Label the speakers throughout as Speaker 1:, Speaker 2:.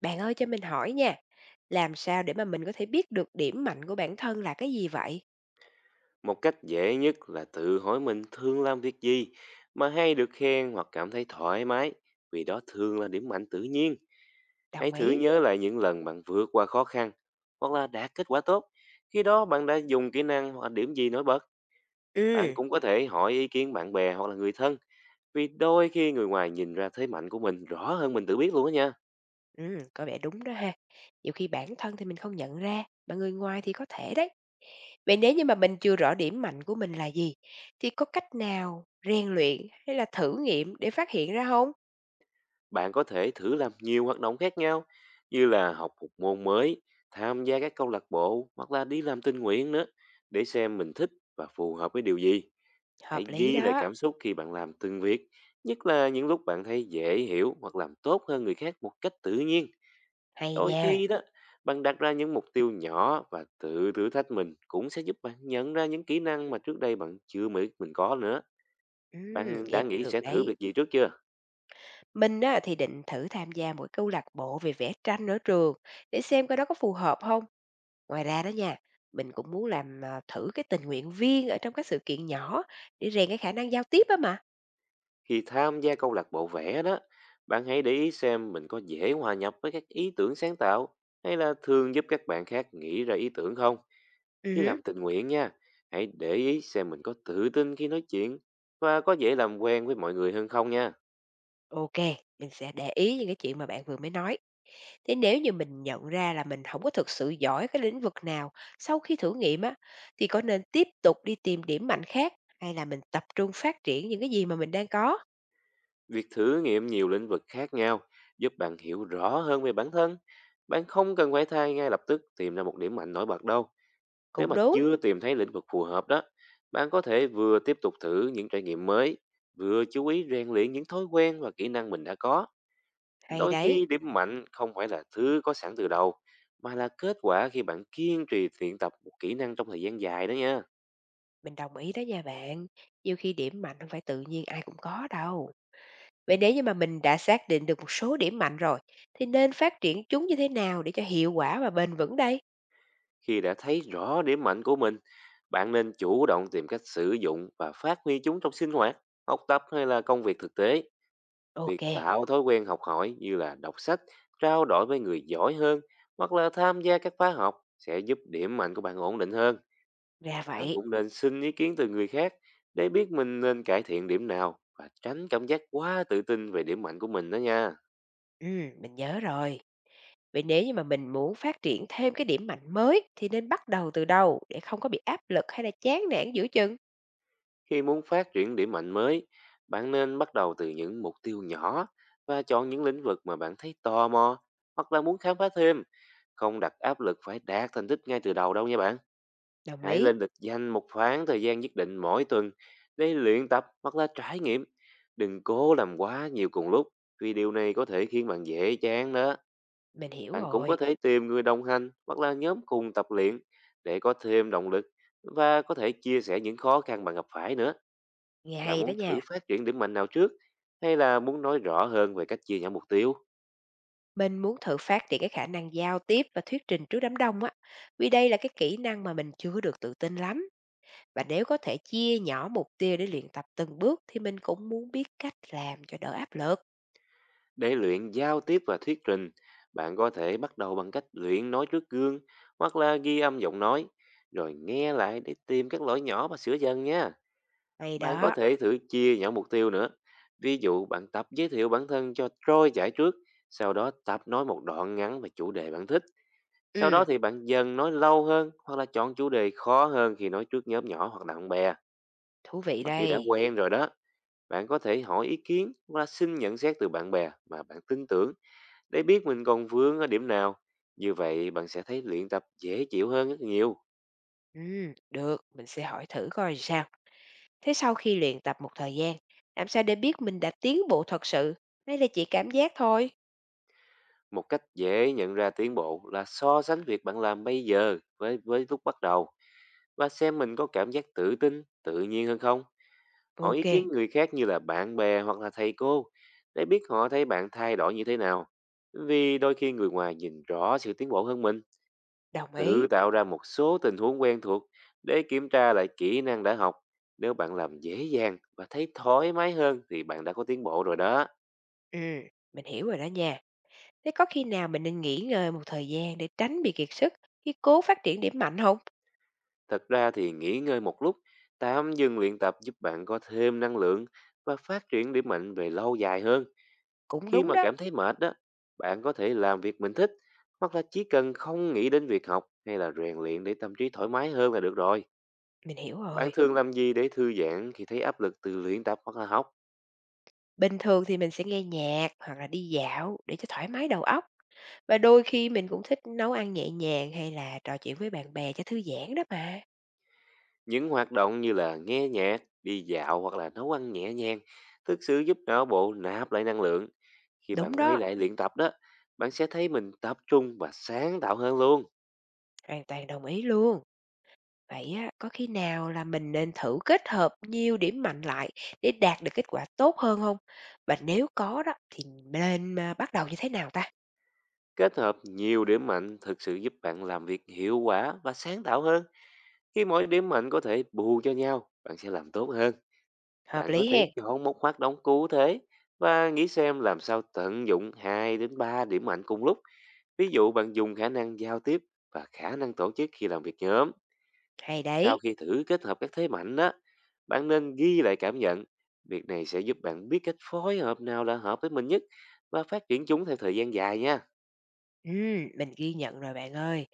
Speaker 1: Bạn ơi cho mình hỏi nha, làm sao để mà mình có thể biết được điểm mạnh của bản thân là cái gì vậy?
Speaker 2: Một cách dễ nhất là tự hỏi mình thường làm việc gì mà hay được khen hoặc cảm thấy thoải mái, vì đó thường là điểm mạnh tự nhiên. Hãy
Speaker 1: Đồng
Speaker 2: thử
Speaker 1: ý.
Speaker 2: nhớ lại những lần bạn vượt qua khó khăn hoặc là đạt kết quả tốt. Khi đó bạn đã dùng kỹ năng hoặc điểm gì nổi bật, bạn
Speaker 1: Ừ,
Speaker 2: cũng có thể hỏi ý kiến bạn bè hoặc là người thân, vì đôi khi người ngoài nhìn ra thế mạnh của mình rõ hơn mình tự biết luôn á nha.
Speaker 1: ừ, có vẻ đúng đó ha. Nhiều khi bản thân thì mình không nhận ra, mà người ngoài thì có thể đấy. Vậy nếu như mà mình chưa rõ điểm mạnh của mình là gì, thì có cách nào rèn luyện hay là thử nghiệm để phát hiện ra không?
Speaker 2: Bạn có thể thử làm nhiều hoạt động khác nhau như là học một môn mới, tham gia các câu lạc bộ hoặc là đi làm tình nguyện nữa để xem mình thích và phù hợp với điều gì.
Speaker 1: Hợp
Speaker 2: Hãy
Speaker 1: lý
Speaker 2: ghi lại
Speaker 1: đó,
Speaker 2: cảm xúc khi bạn làm từng việc, nhất là những lúc bạn thấy dễ hiểu hoặc làm tốt hơn người khác một cách tự nhiên.
Speaker 1: hay
Speaker 2: Đôi
Speaker 1: nha.
Speaker 2: khi đó, bạn đặt ra những mục tiêu nhỏ và tự thử thách mình cũng sẽ giúp bạn nhận ra những kỹ năng mà trước đây bạn chưa nghĩ mình có nữa.
Speaker 1: Ừ,
Speaker 2: Bạn đã
Speaker 1: vậy cũng
Speaker 2: nghĩ
Speaker 1: được
Speaker 2: sẽ thử
Speaker 1: đấy.
Speaker 2: việc gì trước chưa?
Speaker 1: Mình á, thì định thử tham gia một câu lạc bộ về vẽ tranh ở trường để xem coi đó có phù hợp không. Ngoài ra đó nha, mình cũng muốn làm, thử cái tình nguyện viên ở trong các sự kiện nhỏ để rèn cái khả năng giao tiếp á mà.
Speaker 2: Khi tham gia câu lạc bộ vẽ đó, bạn hãy để ý xem mình có dễ hòa nhập với các ý tưởng sáng tạo hay là thường giúp các bạn khác nghĩ ra ý tưởng không. Khi
Speaker 1: Hứm,
Speaker 2: làm tình nguyện nha, hãy để ý xem mình có tự tin khi nói chuyện và có dễ làm quen với mọi người hơn không nha.
Speaker 1: mình sẽ để ý những cái chuyện mà bạn vừa mới nói. Thế nếu như mình nhận ra là mình không có thực sự giỏi cái lĩnh vực nào sau khi thử nghiệm á, thì có nên tiếp tục đi tìm điểm mạnh khác hay là mình tập trung phát triển những cái gì mà mình đang có?
Speaker 2: Việc thử nghiệm nhiều lĩnh vực khác nhau giúp bạn hiểu rõ hơn về bản thân. Bạn không cần phải thay ngay lập tức tìm ra một điểm mạnh nổi bật đâu. Nếu
Speaker 1: Cũng
Speaker 2: mà
Speaker 1: đúng,
Speaker 2: chưa tìm thấy lĩnh vực phù hợp đó, bạn có thể vừa tiếp tục thử những trải nghiệm mới, vừa chú ý rèn luyện những thói quen và kỹ năng mình đã có.
Speaker 1: hay
Speaker 2: Đôi
Speaker 1: đấy,
Speaker 2: khi điểm mạnh không phải là thứ có sẵn từ đầu, mà là kết quả khi bạn kiên trì luyện tập một kỹ năng trong thời gian dài đó nha.
Speaker 1: mình đồng ý đó nha bạn, nhiều khi điểm mạnh không phải tự nhiên ai cũng có đâu. Vậy nếu như mà mình đã xác định được một số điểm mạnh rồi, thì nên phát triển chúng như thế nào để cho hiệu quả và bền vững đây?
Speaker 2: Khi đã thấy rõ điểm mạnh của mình, bạn nên chủ động tìm cách sử dụng và phát huy chúng trong sinh hoạt, học tập hay là công việc thực tế.
Speaker 1: Ok,
Speaker 2: Việc tạo thói quen học hỏi như là đọc sách, trao đổi với người giỏi hơn hoặc là tham gia các khóa học sẽ giúp điểm mạnh của bạn ổn định hơn.
Speaker 1: ra
Speaker 2: Bạn
Speaker 1: vậy.
Speaker 2: cũng nên xin ý kiến từ người khác để biết mình nên cải thiện điểm nào và tránh cảm giác quá tự tin về điểm mạnh của mình đó nha.
Speaker 1: Ừ, mình nhớ rồi. Vậy nếu như mà mình muốn phát triển thêm cái điểm mạnh mới thì nên bắt đầu từ đâu để không có bị áp lực hay là chán nản giữa chừng?
Speaker 2: Khi muốn phát triển điểm mạnh mới, bạn nên bắt đầu từ những mục tiêu nhỏ và chọn những lĩnh vực mà bạn thấy tò mò hoặc là muốn khám phá thêm, không đặt áp lực phải đạt thành tích ngay từ đầu đâu nha bạn.
Speaker 1: Đồng
Speaker 2: Hãy
Speaker 1: ý,
Speaker 2: lên lịch danh một khoảng thời gian nhất định mỗi tuần để luyện tập hoặc là trải nghiệm. Đừng cố làm quá nhiều cùng lúc vì điều này có thể khiến bạn dễ chán đó.
Speaker 1: mình hiểu
Speaker 2: Bạn cũng có
Speaker 1: rồi.
Speaker 2: thể tìm người đồng hành hoặc là nhóm cùng tập luyện để có thêm động lực và có thể chia sẻ những khó khăn bạn gặp phải nữa.
Speaker 1: Nghe
Speaker 2: Bạn
Speaker 1: hay
Speaker 2: muốn
Speaker 1: đó
Speaker 2: thử
Speaker 1: nha.
Speaker 2: phát triển điểm mạnh nào trước hay là muốn nói rõ hơn về cách chia nhỏ mục tiêu?
Speaker 1: Mình muốn thử phát triển cái khả năng giao tiếp và thuyết trình trước đám đông á, vì đây là cái kỹ năng mà mình chưa được tự tin lắm. Và nếu có thể chia nhỏ mục tiêu để luyện tập từng bước thì mình cũng muốn biết cách làm cho đỡ áp lực.
Speaker 2: Để luyện giao tiếp và thuyết trình, bạn có thể bắt đầu bằng cách luyện nói trước gương hoặc là ghi âm giọng nói, rồi nghe lại để tìm các lỗi nhỏ và sửa dần nha.
Speaker 1: Hay
Speaker 2: Bạn có
Speaker 1: đó.
Speaker 2: thể thử chia nhỏ mục tiêu nữa. Ví dụ bạn tập giới thiệu bản thân cho trôi chảy trước, sau đó tập nói một đoạn ngắn về chủ đề bạn thích. Sau đó
Speaker 1: Ừ,
Speaker 2: thì bạn dần nói lâu hơn hoặc là chọn chủ đề khó hơn khi nói trước nhóm nhỏ hoặc bạn bè.
Speaker 1: thú vị
Speaker 2: Mà khi đã
Speaker 1: đây.
Speaker 2: quen rồi đó, bạn có thể hỏi ý kiến hoặc là xin nhận xét từ bạn bè mà bạn tin tưởng để biết mình còn vướng ở điểm nào, như vậy bạn sẽ thấy luyện tập dễ chịu hơn rất nhiều.
Speaker 1: Ừ, được, mình sẽ hỏi thử coi sao. Thế sau khi luyện tập một thời gian, làm sao để biết mình đã tiến bộ thật sự? Hay là chỉ cảm giác thôi?
Speaker 2: Một cách dễ nhận ra tiến bộ là so sánh việc bạn làm bây giờ với lúc bắt đầu và xem mình có cảm giác tự tin, tự nhiên hơn không. Hỏi ý
Speaker 1: Ok,
Speaker 2: kiến người khác như là bạn bè hoặc là thầy cô để biết họ thấy bạn thay đổi như thế nào. Vì đôi khi người ngoài nhìn rõ sự tiến bộ hơn mình.
Speaker 1: đồng ý.
Speaker 2: Tự tạo ra một số tình huống quen thuộc để kiểm tra lại kỹ năng đã học. Nếu bạn làm dễ dàng và thấy thoải mái hơn thì bạn đã có tiến bộ rồi đó.
Speaker 1: Ừ, mình hiểu rồi đó nha. Thế có khi nào mình nên nghỉ ngơi một thời gian để tránh bị kiệt sức khi cố phát triển điểm mạnh không?
Speaker 2: Thật ra thì nghỉ ngơi một lúc, tạm dừng luyện tập giúp bạn có thêm năng lượng và phát triển điểm mạnh về lâu dài hơn.
Speaker 1: Cũng
Speaker 2: Khi
Speaker 1: đúng
Speaker 2: mà
Speaker 1: đó,
Speaker 2: cảm thấy mệt đó, bạn có thể làm việc mình thích hoặc là chỉ cần không nghĩ đến việc học hay là rèn luyện để tâm trí thoải mái hơn là được rồi.
Speaker 1: mình hiểu
Speaker 2: Bạn
Speaker 1: rồi.
Speaker 2: thường làm gì để thư giãn khi thấy áp lực từ luyện tập hoặc là học?
Speaker 1: Bình thường thì mình sẽ nghe nhạc hoặc là đi dạo để cho thoải mái đầu óc và đôi khi mình cũng thích nấu ăn nhẹ nhàng hay là trò chuyện với bạn bè cho thư giãn đó mà.
Speaker 2: Những hoạt động như là nghe nhạc, đi dạo hoặc là nấu ăn nhẹ nhàng thực sự giúp não bộ nạp lại năng lượng. Khi
Speaker 1: Đúng
Speaker 2: bạn quay
Speaker 1: đó,
Speaker 2: lại luyện tập đó, bạn sẽ thấy mình tập trung và sáng tạo hơn luôn.
Speaker 1: hoàn toàn đồng ý luôn. Vậy á, có khi nào là mình nên thử kết hợp nhiều điểm mạnh lại để đạt được kết quả tốt hơn không? Và nếu có đó thì bắt đầu như thế nào ta?
Speaker 2: Kết hợp nhiều điểm mạnh thực sự giúp bạn làm việc hiệu quả và sáng tạo hơn. Khi mỗi điểm mạnh có thể bù cho nhau, bạn sẽ làm tốt hơn.
Speaker 1: Hợp
Speaker 2: Bạn có
Speaker 1: lý
Speaker 2: thể
Speaker 1: hen.
Speaker 2: chọn một hoạt động cụ thể và nghĩ xem làm sao tận dụng 2 đến 3 điểm mạnh cùng lúc. Ví dụ bạn dùng khả năng giao tiếp và khả năng tổ chức khi làm việc nhóm.
Speaker 1: Hay
Speaker 2: Sau
Speaker 1: đấy.
Speaker 2: khi thử kết hợp các thế mạnh đó, bạn nên ghi lại cảm nhận. Việc này sẽ giúp bạn biết cách phối hợp nào là hợp với mình nhất và phát triển chúng theo thời gian dài nha.
Speaker 1: Ừ, mình ghi nhận rồi bạn ơi.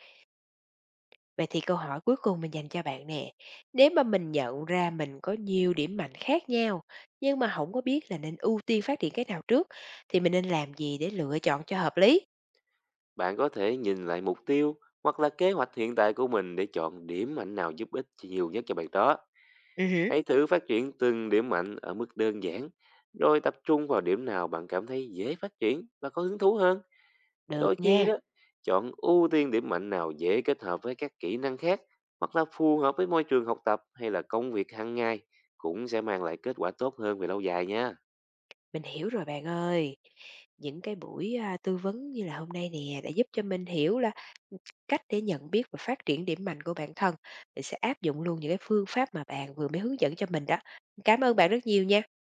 Speaker 1: Vậy thì câu hỏi cuối cùng mình dành cho bạn nè, nếu mà mình nhận ra mình có nhiều điểm mạnh khác nhau, nhưng mà không có biết là nên ưu tiên phát triển cái nào trước, thì mình nên làm gì để lựa chọn cho hợp lý?
Speaker 2: Bạn có thể nhìn lại mục tiêu hoặc là kế hoạch hiện tại của mình để chọn điểm mạnh nào giúp ích nhiều nhất cho bạn đó.
Speaker 1: Hứm,
Speaker 2: Hãy thử phát triển từng điểm mạnh ở mức đơn giản, rồi tập trung vào điểm nào bạn cảm thấy dễ phát triển và có hứng thú hơn.
Speaker 1: được
Speaker 2: Đôi khi
Speaker 1: nha,
Speaker 2: đó, chọn ưu tiên điểm mạnh nào dễ kết hợp với các kỹ năng khác hoặc là phù hợp với môi trường học tập hay là công việc hàng ngày cũng sẽ mang lại kết quả tốt hơn về lâu dài nha.
Speaker 1: mình hiểu rồi bạn ơi. Những cái buổi tư vấn như là hôm nay nè đã giúp cho mình hiểu là cách để nhận biết và phát triển điểm mạnh của bản thân. Mình sẽ áp dụng luôn những cái phương pháp mà bạn vừa mới hướng dẫn cho mình đó. Cảm ơn bạn rất nhiều nha.